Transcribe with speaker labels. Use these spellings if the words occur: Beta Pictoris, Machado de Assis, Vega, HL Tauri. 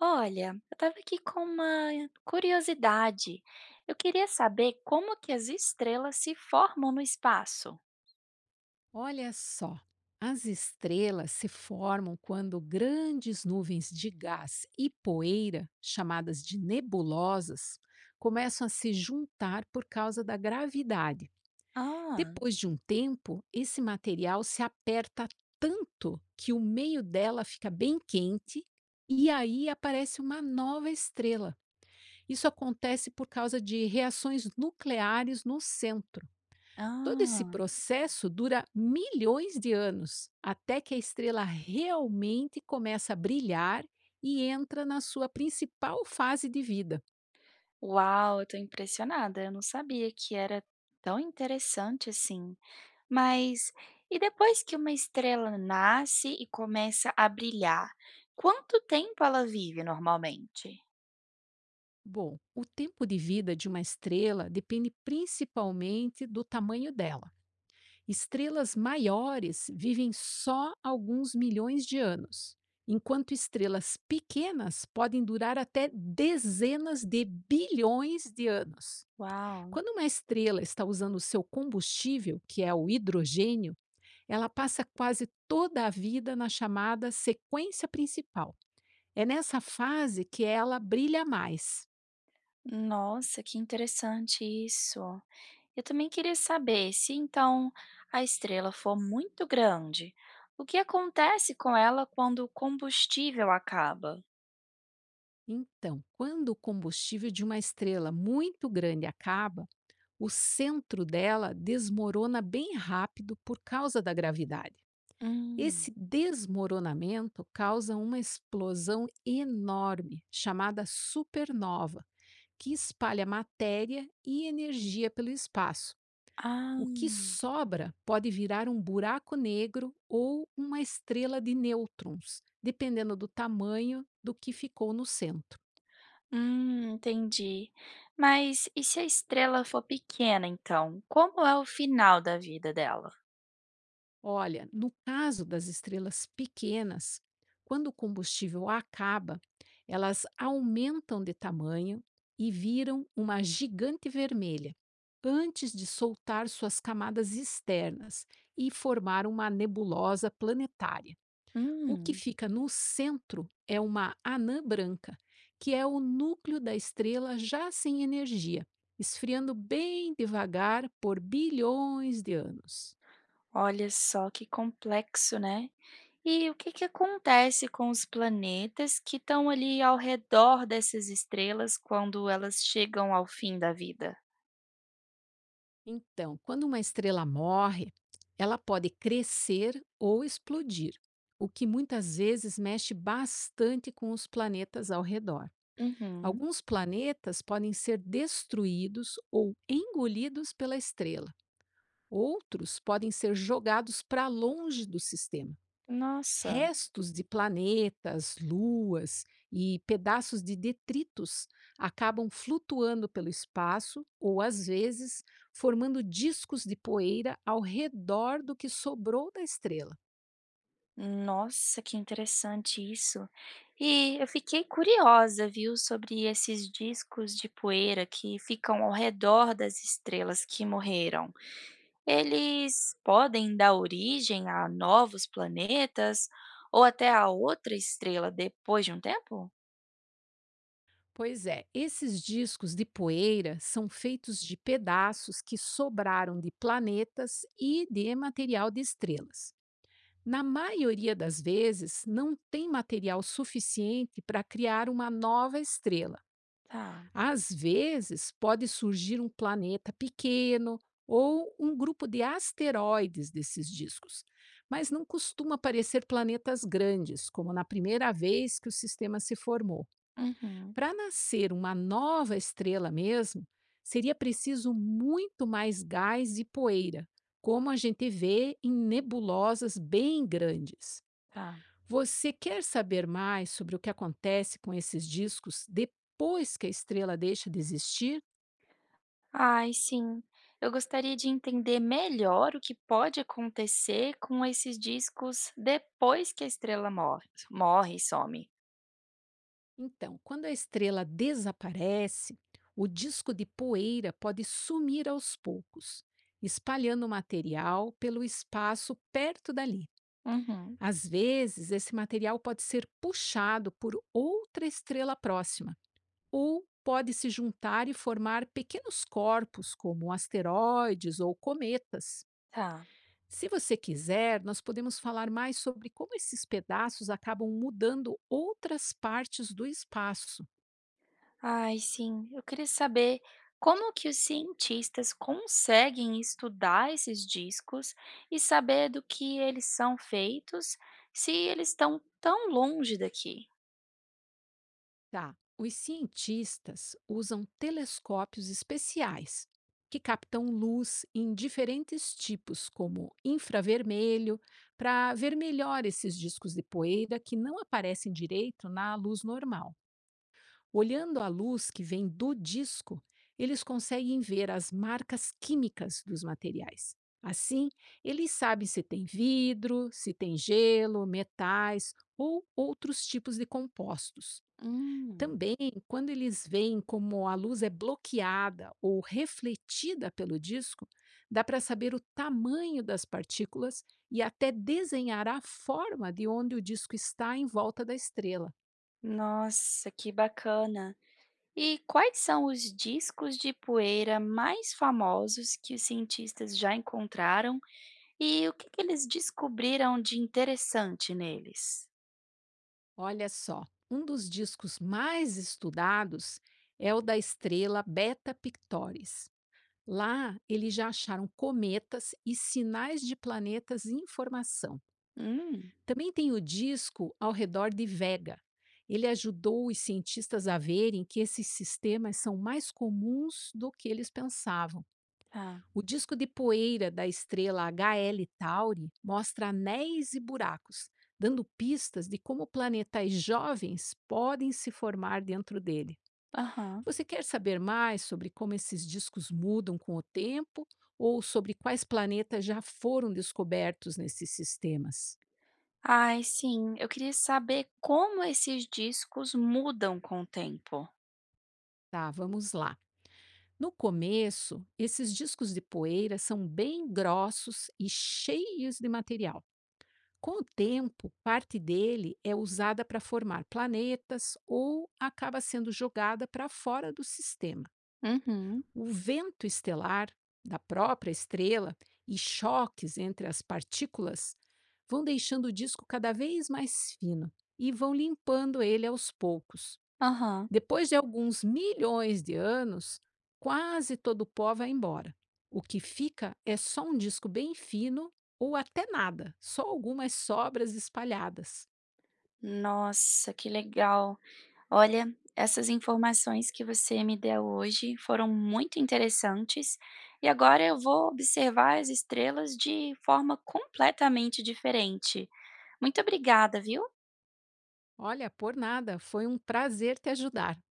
Speaker 1: Olha, eu estava aqui com uma curiosidade. Eu queria saber como que as estrelas se formam no espaço.
Speaker 2: Olha só, as estrelas se formam quando grandes nuvens de gás e poeira, chamadas de nebulosas, começam a se juntar por causa da gravidade.
Speaker 1: Ah.
Speaker 2: Depois de um tempo, esse material se aperta tanto que o meio dela fica bem quente e aí aparece uma nova estrela. Isso acontece por causa de reações nucleares no centro. Todo esse
Speaker 1: Ah.
Speaker 2: processo dura milhões de anos, até que a estrela realmente começa a brilhar e entra na sua principal fase de vida.
Speaker 1: Uau, eu tô impressionada. Eu não sabia que era tão interessante assim. Mas e depois que uma estrela nasce e começa a brilhar, quanto tempo ela vive normalmente?
Speaker 2: Bom, o tempo de vida de uma estrela depende principalmente do tamanho dela. Estrelas maiores vivem só alguns milhões de anos, enquanto estrelas pequenas podem durar até dezenas de bilhões de anos.
Speaker 1: Uau.
Speaker 2: Quando uma estrela está usando o seu combustível, que é o hidrogênio, ela passa quase toda a vida na chamada sequência principal. É nessa fase que ela brilha mais.
Speaker 1: Nossa, que interessante isso. Eu também queria saber se então a estrela for muito grande, o que acontece com ela quando o combustível acaba?
Speaker 2: Então, quando o combustível de uma estrela muito grande acaba, o centro dela desmorona bem rápido por causa da gravidade.
Speaker 1: Hum.
Speaker 2: Esse desmoronamento causa uma explosão enorme, chamada supernova, que espalha matéria e energia pelo espaço.
Speaker 1: Ah.
Speaker 2: O que sobra pode virar um buraco negro ou uma estrela de nêutrons, dependendo do tamanho do que ficou no centro.
Speaker 1: Hum, entendi. Mas e se a estrela for pequena, então? Como é o final da vida dela?
Speaker 2: Olha, no caso das estrelas pequenas, quando o combustível acaba, elas aumentam de tamanho e viram uma gigante vermelha antes de soltar suas camadas externas e formar uma nebulosa planetária. O que
Speaker 1: Hum.
Speaker 2: fica no centro é uma anã branca, que é o núcleo da estrela já sem energia, esfriando bem devagar por bilhões de anos.
Speaker 1: Olha só que complexo, né? E o que que acontece com os planetas que estão ali ao redor dessas estrelas quando elas chegam ao fim da vida?
Speaker 2: Então, quando uma estrela morre, ela pode crescer ou explodir, o que muitas vezes mexe bastante com os planetas ao redor.
Speaker 1: Uhum.
Speaker 2: Alguns planetas podem ser destruídos ou engolidos pela estrela. Outros podem ser jogados para longe do sistema.
Speaker 1: Nossa,
Speaker 2: Restos de planetas, luas e pedaços de detritos acabam flutuando pelo espaço ou, às vezes, formando discos de poeira ao redor do que sobrou da estrela.
Speaker 1: nossa, que interessante isso. E eu fiquei curiosa, viu, sobre esses discos de poeira que ficam ao redor das estrelas que morreram. Eles podem dar origem a novos planetas ou até a outra estrela depois de um tempo?
Speaker 2: Pois é, esses discos de poeira são feitos de pedaços que sobraram de planetas e de material de estrelas. Na maioria das vezes, não tem material suficiente para criar uma nova estrela.
Speaker 1: Tá.
Speaker 2: Às vezes, pode surgir um planeta pequeno ou um grupo de asteroides desses discos, mas não costuma aparecer planetas grandes, como na primeira vez que o sistema se formou.
Speaker 1: Uhum.
Speaker 2: Para nascer uma nova estrela mesmo, seria preciso muito mais gás e poeira, como a gente vê em nebulosas bem grandes.
Speaker 1: Tá.
Speaker 2: Você quer saber mais sobre o que acontece com esses discos depois que a estrela deixa de existir?
Speaker 1: Ai, sim. Eu gostaria de entender melhor o que pode acontecer com esses discos depois que a estrela morre, morre e some.
Speaker 2: Então, quando a estrela desaparece, o disco de poeira pode sumir aos poucos, espalhando o material pelo espaço perto dali.
Speaker 1: Uhum.
Speaker 2: Às vezes, esse material pode ser puxado por outra estrela próxima, ou pode se juntar e formar pequenos corpos, como asteroides ou cometas.
Speaker 1: Tá.
Speaker 2: Se você quiser, nós podemos falar mais sobre como esses pedaços acabam mudando outras partes do espaço.
Speaker 1: Ai, sim. Eu queria saber como que os cientistas conseguem estudar esses discos e saber do que eles são feitos se eles estão tão longe daqui.
Speaker 2: Tá. Os cientistas usam telescópios especiais que captam luz em diferentes tipos, como infravermelho, para ver melhor esses discos de poeira que não aparecem direito na luz normal. Olhando a luz que vem do disco, eles conseguem ver as marcas químicas dos materiais. Assim, eles sabem se tem vidro, se tem gelo, metais ou outros tipos de compostos.
Speaker 1: Hum.
Speaker 2: Também, quando eles veem como a luz é bloqueada ou refletida pelo disco, dá para saber o tamanho das partículas e até desenhar a forma de onde o disco está em volta da estrela.
Speaker 1: Nossa, que bacana. E quais são os discos de poeira mais famosos que os cientistas já encontraram e o que que eles descobriram de interessante neles?
Speaker 2: Olha só, um dos discos mais estudados é o da estrela Beta Pictoris. Lá, eles já acharam cometas e sinais de planetas em formação.
Speaker 1: Hum.
Speaker 2: Também tem o disco ao redor de Vega. Ele ajudou os cientistas a verem que esses sistemas são mais comuns do que eles pensavam.
Speaker 1: Tá.
Speaker 2: O disco de poeira da estrela HL Tauri mostra anéis e buracos, dando pistas de como planetas jovens podem se formar dentro dele.
Speaker 1: Aham.
Speaker 2: Você quer saber mais sobre como esses discos mudam com o tempo ou sobre quais planetas já foram descobertos nesses sistemas?
Speaker 1: Ai, sim, eu queria saber como esses discos mudam com o tempo.
Speaker 2: Tá, vamos lá. No começo, esses discos de poeira são bem grossos e cheios de material. Com o tempo, parte dele é usada para formar planetas ou acaba sendo jogada para fora do sistema.
Speaker 1: Uhum.
Speaker 2: O vento estelar da própria estrela e choques entre as partículas vão deixando o disco cada vez mais fino e vão limpando ele aos poucos.
Speaker 1: Aham.
Speaker 2: Depois de alguns milhões de anos, quase todo o pó vai embora. O que fica é só um disco bem fino ou até nada, só algumas sobras espalhadas.
Speaker 1: Nossa, que legal. Olha, essas informações que você me deu hoje foram muito interessantes e agora eu vou observar as estrelas de forma completamente diferente. Muito obrigada, viu?
Speaker 2: Olha, por nada, foi um prazer te ajudar.